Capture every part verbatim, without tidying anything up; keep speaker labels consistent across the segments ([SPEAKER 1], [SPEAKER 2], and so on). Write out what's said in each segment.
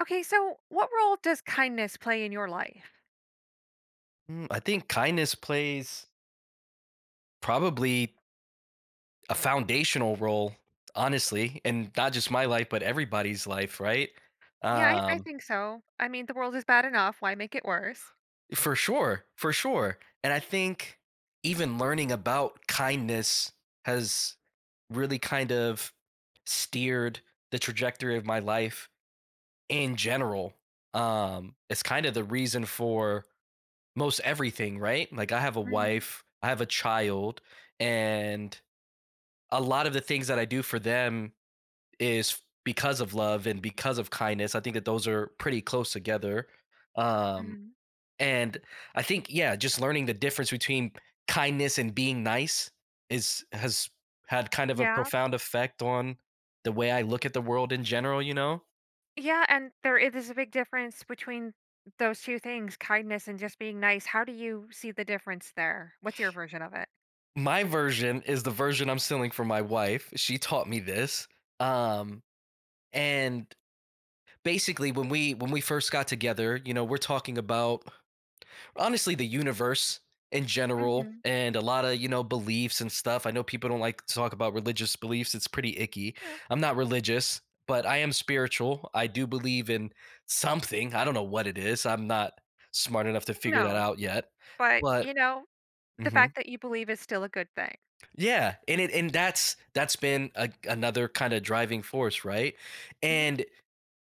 [SPEAKER 1] Okay, so what role does kindness play in your life?
[SPEAKER 2] Mm, I think kindness plays probably a foundational role, honestly, and not just my life, but everybody's life, right?
[SPEAKER 1] Yeah, I, I
[SPEAKER 2] Um,
[SPEAKER 1] think so. I mean, the world is bad enough. Why make it worse?
[SPEAKER 2] for sure, for sure. And I think even learning about kindness has really kind of steered the trajectory of my life in general. Um, it's kind of the reason for most everything, right? Like I have a
[SPEAKER 1] Hmm.
[SPEAKER 2] wife, I have a child, and a lot of the things that I do for them is because of love and because of kindness. I think that those are pretty close together. Um,
[SPEAKER 1] Hmm.
[SPEAKER 2] and I think, yeah, just learning the difference between kindness and being nice is has had kind of a
[SPEAKER 1] Yeah.
[SPEAKER 2] profound effect on the way I look at the world in general, you know?
[SPEAKER 1] Yeah. And there i- there's a big difference between those two things, kindness and just being nice. How do you see the difference there? What's your version of it?
[SPEAKER 2] My version is the version I'm stealing from my wife. She taught me this. Um, and basically when we when we first got together, you know, we're talking about honestly the universe in general
[SPEAKER 1] Hmm.
[SPEAKER 2] and a lot of, you know, beliefs and stuff. I know people don't like to talk about religious beliefs. It's pretty icky.
[SPEAKER 1] Yeah.
[SPEAKER 2] I'm not religious, but I am spiritual. I do believe in something. I don't know what it is. I'm not smart enough to figure that
[SPEAKER 1] No.
[SPEAKER 2] out yet,
[SPEAKER 1] But,
[SPEAKER 2] but
[SPEAKER 1] you know, the
[SPEAKER 2] Mhm.
[SPEAKER 1] fact that you believe is still a good thing.
[SPEAKER 2] Yeah, and it and that's that's been a, another kind of driving force, right?
[SPEAKER 1] Hmm.
[SPEAKER 2] And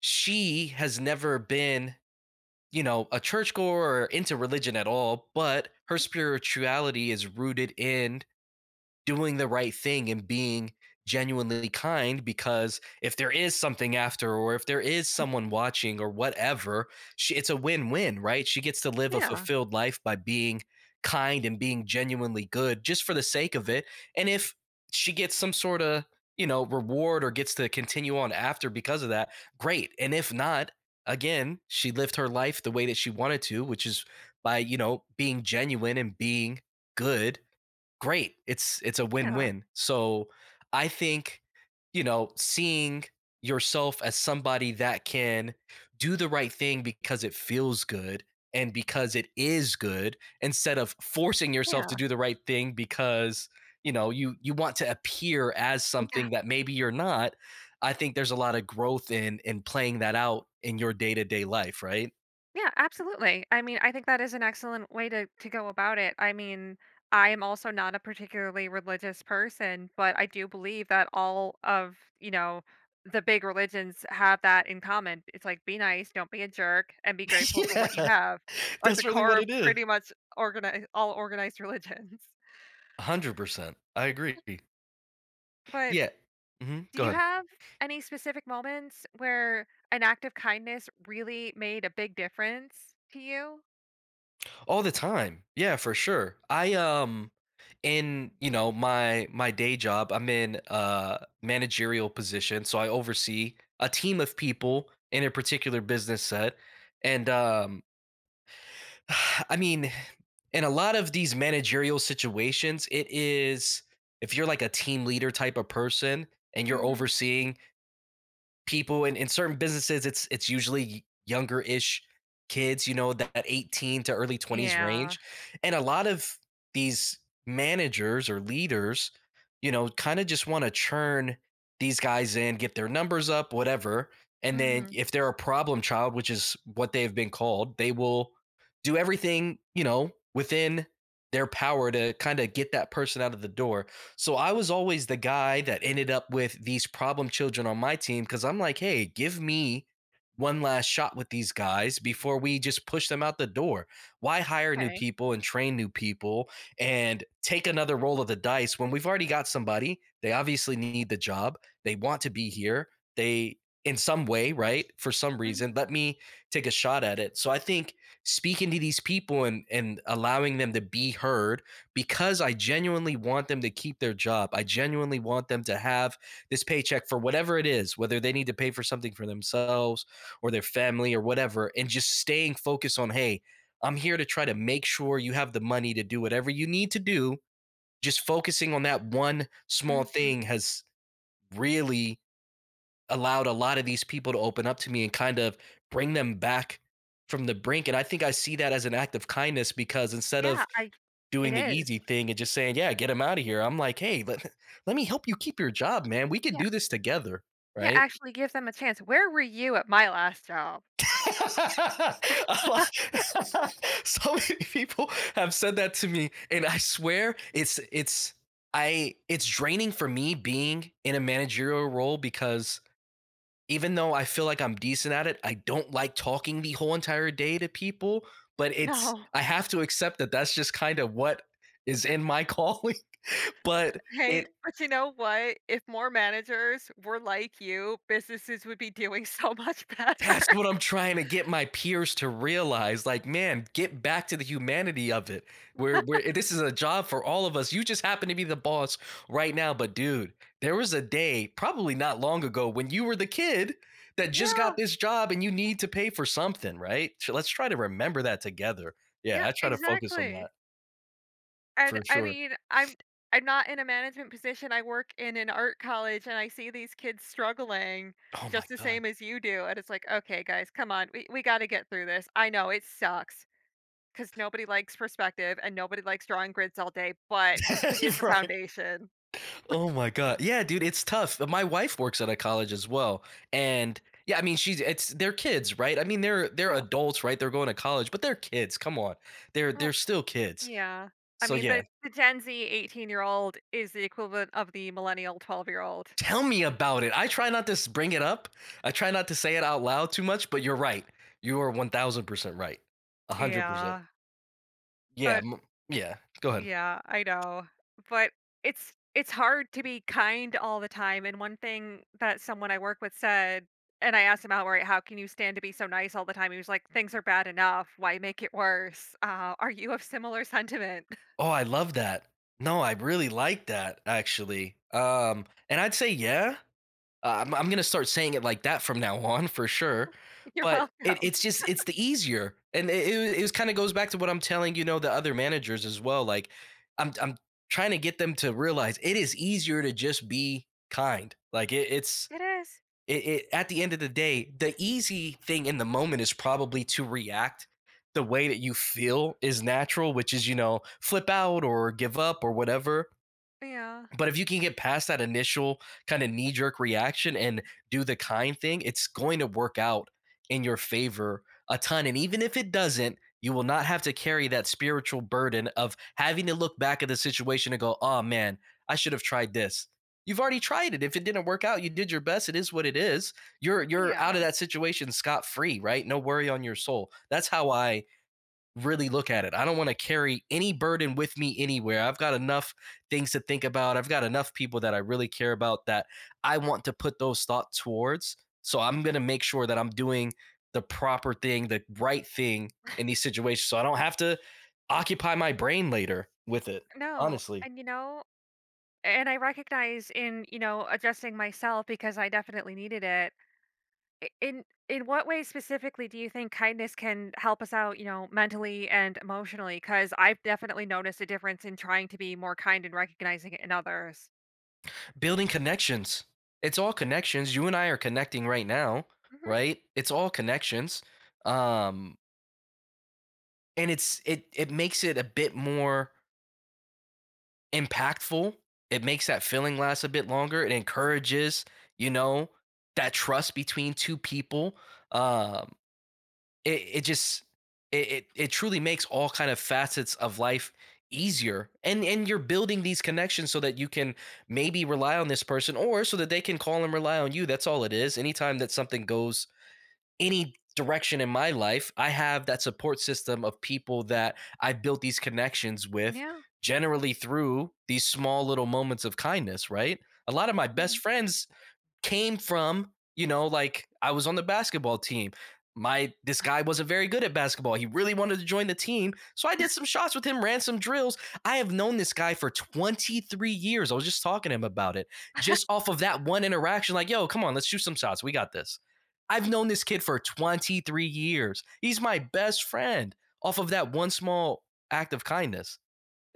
[SPEAKER 2] she has never been, you know, a churchgoer or into religion at all, but her spirituality is rooted in doing the right thing and being genuinely kind, because if there is something after or if there is someone watching or whatever, she, it's a win-win, right? She gets to live a
[SPEAKER 1] Yeah,
[SPEAKER 2] fulfilled life by being kind and being genuinely good just for the sake of it, and if she gets some sort of, you know, reward or gets to continue on after because of that, great. And if not, again, she lived her life the way that she wanted to, which is by, you know, being genuine and being good. Great. It's it's a
[SPEAKER 1] yeah,
[SPEAKER 2] win-win. So I think, you know, seeing yourself as somebody that can do the right thing because it feels good and because it is good, instead of forcing yourself to
[SPEAKER 1] yeah.
[SPEAKER 2] do the right thing because, you know, you you want to appear as
[SPEAKER 1] Yeah.
[SPEAKER 2] something that maybe you're not. I think there's a lot of growth in in playing that out in your day-to-day life, right?
[SPEAKER 1] Yeah, absolutely. I mean, I think that is an excellent way to to go about it. I mean, I am also not a particularly religious person, but I do believe that all of, you know, the big religions have that in common. It's like be nice, don't be a jerk, and be grateful for what you
[SPEAKER 2] Yeah.
[SPEAKER 1] have are the
[SPEAKER 2] That's really
[SPEAKER 1] core
[SPEAKER 2] what
[SPEAKER 1] of
[SPEAKER 2] it is.
[SPEAKER 1] pretty much organized all organized religions.
[SPEAKER 2] one hundred percent I agree.
[SPEAKER 1] But
[SPEAKER 2] Yeah. Mhm,
[SPEAKER 1] do
[SPEAKER 2] go
[SPEAKER 1] you
[SPEAKER 2] ahead.
[SPEAKER 1] have any specific moments where an act of kindness really made a big difference to you?
[SPEAKER 2] All the time. Yeah, for sure. I, um in, you know, my my day job, I'm in a managerial position, so I oversee a team of people in a particular business set, and, um, I mean, in a lot of these managerial situations, it is if you're like a team leader type of person and you're
[SPEAKER 1] Mhm.
[SPEAKER 2] overseeing people in, in certain businesses, it's it's usually younger-ish kids, you know, that, that eighteen to early twenties
[SPEAKER 1] Yeah.
[SPEAKER 2] range. And a lot of these managers or leaders, you know, kind of just want to churn these guys in, get their numbers up, whatever. And then
[SPEAKER 1] Mhm.
[SPEAKER 2] if they're a problem child, which is what they've been called, they will do everything, you know, within their power to kind of get that person out of the door. So I was always the guy that ended up with these problem children on my team because I'm like, hey, give me one last shot with these guys before we just push them out the door. Why hire new
[SPEAKER 1] Okay.
[SPEAKER 2] people and train new people and take another roll of the dice when we've already got somebody? They obviously need the job. They want to be here. They, in some way, right? For some reason,
[SPEAKER 1] Mhm,
[SPEAKER 2] let me take a shot at it. So I think speaking to these people and and allowing them to be heard, because I genuinely want them to keep their job. I genuinely want them to have this paycheck for whatever it is, whether they need to pay for something for themselves or their family or whatever, and just staying focused on, hey, I'm here to try to make sure you have the money to do whatever you need to do. Just focusing on that one small thing
[SPEAKER 1] mhm.
[SPEAKER 2] has really allowed a lot of these people to open up to me and kind of bring them back from the brink. And I think I see that as an act of kindness because instead of
[SPEAKER 1] Yeah, I
[SPEAKER 2] doing
[SPEAKER 1] it
[SPEAKER 2] the
[SPEAKER 1] is.
[SPEAKER 2] easy thing and just saying, "Yeah, get him out of here." I'm like, "Hey, let, let me help you keep your job, man. We could
[SPEAKER 1] Yeah,
[SPEAKER 2] do this together."
[SPEAKER 1] yeah,
[SPEAKER 2] Right?
[SPEAKER 1] actually give them a chance. Where were you at my last job?
[SPEAKER 2] So many people have said that to me, and I swear it's it's I it's draining for me being in a managerial role, because even though I feel like I'm decent at it, I don't like talking the whole entire day to people. But it's
[SPEAKER 1] No.
[SPEAKER 2] I have to accept that that's just kind of what is in my calling. But
[SPEAKER 1] Hey,
[SPEAKER 2] it
[SPEAKER 1] but you know what? If more managers were like you, businesses would be doing so much better.
[SPEAKER 2] That's what I'm trying to get my peers to realize. Like, man, get back to the humanity of it. Where where this is a job for all of us. You just happen to be the boss right now, but dude, there was a day probably not long ago when you were the kid that just
[SPEAKER 1] Yeah,
[SPEAKER 2] got this job and you need to pay for something, right? So let's try to remember that together. Yeah,
[SPEAKER 1] yeah,
[SPEAKER 2] I try to focus on that
[SPEAKER 1] exactly. And
[SPEAKER 2] for
[SPEAKER 1] I
[SPEAKER 2] sure.
[SPEAKER 1] mean, I'm I'm not in a management position. I work in an art college and I see these kids struggling
[SPEAKER 2] Oh my
[SPEAKER 1] just the
[SPEAKER 2] god.
[SPEAKER 1] same as you do. And it's like, okay, guys, come on. We, we got to get through this. I know it sucks. 'Cause nobody likes perspective and nobody likes drawing grids all day, but it is a
[SPEAKER 2] Right.
[SPEAKER 1] foundation.
[SPEAKER 2] Oh my god. Yeah, dude, it's tough. My wife works at a college as well. And yeah, I mean, she's it's they're kids, right? I mean, they're they're
[SPEAKER 1] Yeah,
[SPEAKER 2] adults, right? They're going to college, but they're kids. Come on. They're they're
[SPEAKER 1] well,
[SPEAKER 2] still kids.
[SPEAKER 1] yeah. I
[SPEAKER 2] So
[SPEAKER 1] mean,
[SPEAKER 2] yeah,
[SPEAKER 1] the the Gen Z eighteen-year-old is the equivalent of the millennial twelve-year-old.
[SPEAKER 2] tell me about it. I try not to s- bring it up. I try not to say it out loud too much, but you're right. You are one thousand percent right. one hundred percent.
[SPEAKER 1] Yeah,
[SPEAKER 2] Yeah,
[SPEAKER 1] but
[SPEAKER 2] m- yeah. Go ahead.
[SPEAKER 1] yeah, I know. But it's it's hard to be kind all the time, and one thing that someone I work with said and I asked him outright, "How can you stand to be so nice all the time?" He was like, "Things are bad enough, why make it worse?" Uh, are you of similar sentiment?
[SPEAKER 2] Oh, I love that. No, I really like that actually. Um and I'd say yeah. Uh, I'm I'm gonna start saying it like that from now on for sure.
[SPEAKER 1] You're
[SPEAKER 2] But it,
[SPEAKER 1] welcome.
[SPEAKER 2] it's just it's the easier, and it it, it kind of goes back to what I'm telling, you know, the other managers as well. Like I'm I'm trying to get them to realize it is easier to just be kind. Like it, it's
[SPEAKER 1] It is.
[SPEAKER 2] it, it at the end of the day, the easy thing in the moment is probably to react the way that you feel is natural, which is, you know, flip out or give up or whatever.
[SPEAKER 1] Yeah.
[SPEAKER 2] But if you can get past that initial kind of knee jerk reaction and do the kind thing, it's going to work out in your favor a ton. And even if it doesn't, you will not have to carry that spiritual burden of having to look back at the situation and go, oh man, I should have tried this. You've already tried it. If it didn't work out, you did your best. It is what it is. You're you're out
[SPEAKER 1] Yeah.
[SPEAKER 2] of that situation scot free, right? No worry on your soul. That's how I really look at it. I don't want to carry any burden with me anywhere. I've got enough things to think about. I've got enough people that I really care about that I want to put those thoughts towards. So I'm going to make sure that I'm doing the proper thing, the right thing in these situations so I don't have to occupy my brain later with it.
[SPEAKER 1] No.
[SPEAKER 2] Honestly,
[SPEAKER 1] And you know, and I recognize in, you know, adjusting myself because I definitely needed it. i- In in what ways specifically do you think kindness can help us out, you know, mentally and emotionally? Cuz I've definitely noticed a difference in trying to be more kind and recognizing it in others.
[SPEAKER 2] building connections. It's all connections. You and I are connecting right now,
[SPEAKER 1] Mhm.
[SPEAKER 2] right? It's all connections. Um and it's it it makes it a bit more impactful. It makes that feeling last a bit longer. It encourages, you know, that trust between two people. Um, it, it just it, it it truly makes all kind of facets of life easier, and and you're building these connections so that you can maybe rely on this person or so that they can call and rely on you. That's all it is. Anytime that something goes any direction in my life, I have that support system of people that I built these connections with,
[SPEAKER 1] Yeah.
[SPEAKER 2] generally through these small little moments of kindness, right? A lot of my best
[SPEAKER 1] Mhm.
[SPEAKER 2] friends came from, you know, like I was on the basketball team. My This guy wasn't very good at basketball. He really wanted to join the team. So I did some shots with him, ran some drills. I have known this guy for twenty-three years. I was just talking to him about it. Just off of that one interaction, like, yo, come on, let's shoot some shots. We got this. I've known this kid for twenty-three years. He's my best friend off of that one small act of kindness.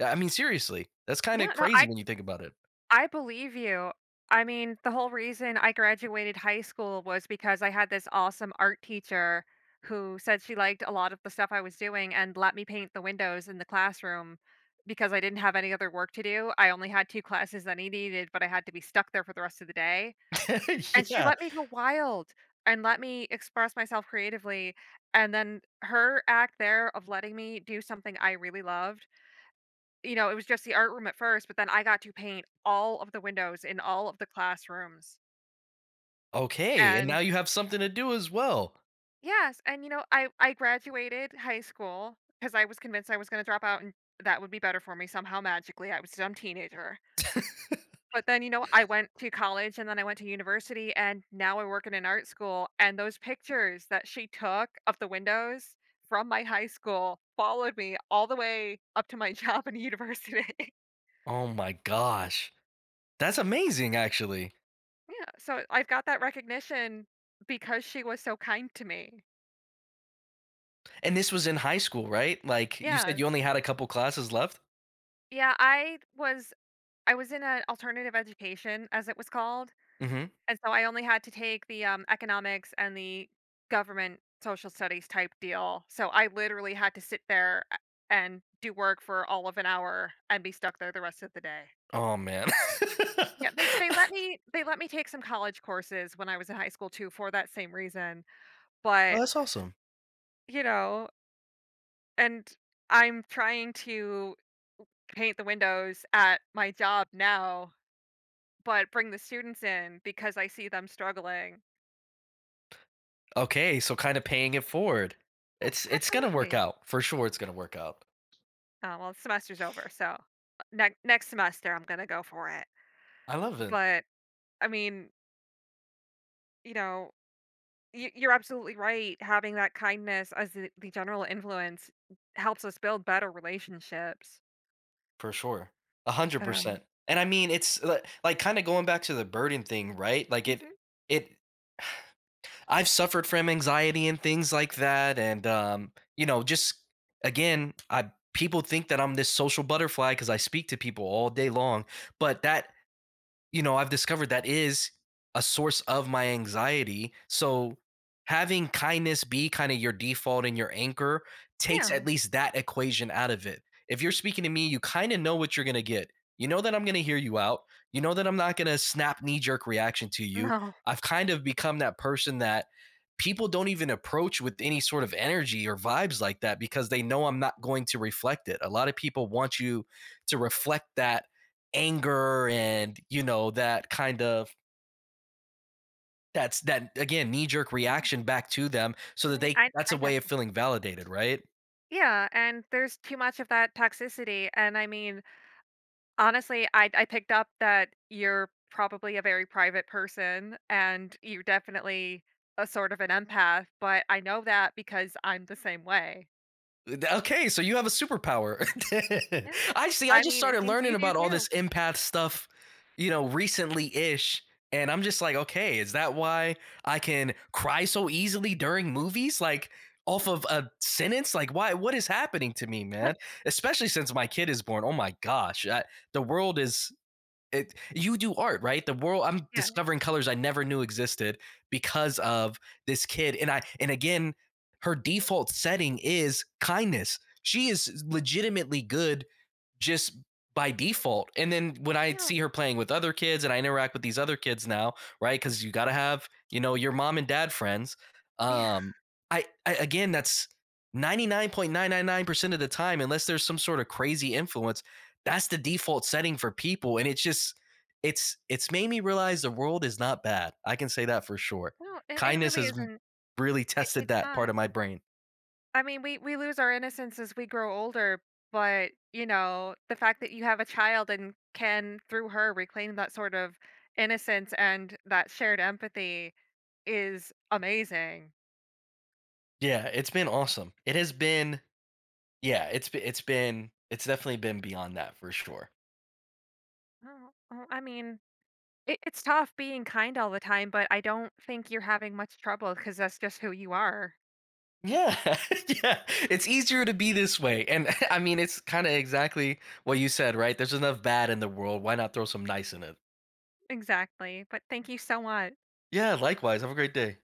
[SPEAKER 2] I mean, seriously, that's kind
[SPEAKER 1] Yeah,
[SPEAKER 2] of
[SPEAKER 1] no,
[SPEAKER 2] crazy
[SPEAKER 1] I
[SPEAKER 2] when you think about
[SPEAKER 1] I believe you. I mean, the whole reason I graduated high school was because I had this awesome art teacher who said she liked a lot of the stuff I was doing and let me paint the windows in the classroom because I didn't have any other work to do. I only had two classes that I needed, but I had to be stuck there for the rest of the day. And
[SPEAKER 2] it.
[SPEAKER 1] she
[SPEAKER 2] Yeah.
[SPEAKER 1] let me go wild and let me express myself creatively. And then her act there of letting me do something I really loved you know, It was just the art room at first, but then I got to paint all of the windows in all of the classrooms.
[SPEAKER 2] Okay, and now
[SPEAKER 1] And
[SPEAKER 2] you have something to do as well.
[SPEAKER 1] yes, and you know, I I graduated high school because I was convinced I was going to drop out and that would be better for me somehow magically. I was a dumb teenager. But then, you know, I went to college and then I went to university and now I work in an art school and those pictures that she took of the windows from my high school followed me all the way up to my job in university.
[SPEAKER 2] Oh my gosh. That's amazing, actually.
[SPEAKER 1] Yeah, so I've got that recognition because she was so kind to me.
[SPEAKER 2] And this was in high school, right? Like, you said you
[SPEAKER 1] Yes.
[SPEAKER 2] only had a couple classes left?
[SPEAKER 1] Yeah, I was I was in an alternative education, as it was called,
[SPEAKER 2] Mhm.
[SPEAKER 1] and so I only had to take the, um, economics and the government social studies type deal, so I literally had to sit there a and do work for all of an hour and be stuck there the rest of the day.
[SPEAKER 2] Oh, man.
[SPEAKER 1] Yeah, they they let me they let me take some college courses when I was in high school too for that same reason,
[SPEAKER 2] Well,
[SPEAKER 1] but,
[SPEAKER 2] that's awesome.
[SPEAKER 1] you know. And I'm trying to paint the windows at my job now, but bring the students in because I see them struggling.
[SPEAKER 2] Okay, so kinda paying it forward.
[SPEAKER 1] Yes,
[SPEAKER 2] It's it's gonna work
[SPEAKER 1] absolutely.
[SPEAKER 2] out. For sure, it's gonna work out.
[SPEAKER 1] Uh, well, the semester's over, so ne- next semester I'm gonna go for it.
[SPEAKER 2] I love it.
[SPEAKER 1] But I mean, you know, y- you're absolutely right. Having that kindness as the, the general influence helps us build better relationships.
[SPEAKER 2] For sure.
[SPEAKER 1] But um,
[SPEAKER 2] one hundred percent. And I mean, it's li like, kinda going back to the burden thing, right? Like, it
[SPEAKER 1] mhm,
[SPEAKER 2] it I've suffered from anxiety and things like that, and um, you know, just again, I people think that I'm this social butterfly because I speak to people all day long, but that you know, I've discovered that is a source of my anxiety. So having kindness be kind of your default and your anchor takes
[SPEAKER 1] yeah,
[SPEAKER 2] at least that equation out of it. If you're speaking to me, you kind of know what you're going to get. You know that I'm going to hear you out. You know that I'm not going to snap knee jerk reaction to you.
[SPEAKER 1] no,
[SPEAKER 2] I've kind of become that person that people don't even approach with any sort of energy or vibes like that because they know I'm not going to reflect it. A lot of people want you to reflect that anger and, you know, that kind of that's that again knee jerk
[SPEAKER 1] yeah.
[SPEAKER 2] reaction back to them so
[SPEAKER 1] I
[SPEAKER 2] that
[SPEAKER 1] mean,
[SPEAKER 2] they
[SPEAKER 1] I
[SPEAKER 2] that's a
[SPEAKER 1] I know.
[SPEAKER 2] way of feeling validated, right?
[SPEAKER 1] Yeah, and there's too much of that toxicity, and I mean, honestly, I I picked up that you're probably a very private person and you're definitely a sort of an empath, but I know that because I'm the same way.
[SPEAKER 2] Okay, so you have a superpower.
[SPEAKER 1] Yeah.
[SPEAKER 2] I see. I
[SPEAKER 1] I
[SPEAKER 2] just
[SPEAKER 1] mean, it
[SPEAKER 2] started
[SPEAKER 1] seems
[SPEAKER 2] learning
[SPEAKER 1] you do
[SPEAKER 2] about all this
[SPEAKER 1] too.
[SPEAKER 2] empath stuff, you know, recently ish. And I'm just like, okay, is that why I can cry so easily during movies? Like, off of a sentence? Like, why? What is happening to me, man? Especially since my kid is born. Oh my gosh. I, the world is it, you do art, right? The world I'm
[SPEAKER 1] Yeah.
[SPEAKER 2] discovering colors I never knew existed because of this kid. And I and again, her default setting is kindness. She is legitimately good just by default. And then when I
[SPEAKER 1] Yeah.
[SPEAKER 2] see her playing with other kids and I interact with these other kids now, right? Because you got to have, you know, your mom and dad friends.
[SPEAKER 1] Yeah.
[SPEAKER 2] Um, I, I again, that's ninety-nine point nine nine nine percent of the time, unless there's some sort of crazy influence, that's the default setting for people. And it's just, it's, it's made me realize the world is not bad. I can say that for sure.
[SPEAKER 1] No, it it
[SPEAKER 2] Kindness
[SPEAKER 1] really
[SPEAKER 2] has
[SPEAKER 1] isn't.
[SPEAKER 2] really
[SPEAKER 1] It
[SPEAKER 2] tested
[SPEAKER 1] it's
[SPEAKER 2] that part
[SPEAKER 1] not.
[SPEAKER 2] of my brain.
[SPEAKER 1] I mean, we we lose our innocence as we grow older, but, you know, the fact that you have a child and can, through her, reclaim that sort of innocence and that shared empathy is amazing.
[SPEAKER 2] Yeah, it's been awesome. It has been Yeah, it's be it's been it's definitely been beyond that for sure.
[SPEAKER 1] Oh, oh, I mean, it, it's tough being kind all the time, but I don't think you're having much trouble because that's just who you are.
[SPEAKER 2] Yeah, yeah, it's easier to be this way, and I mean, it's kinda exactly what you said, right? There's enough bad in the world, why not throw some nice in it?
[SPEAKER 1] Exactly. But thank you so much.
[SPEAKER 2] Yeah, likewise, have a great day.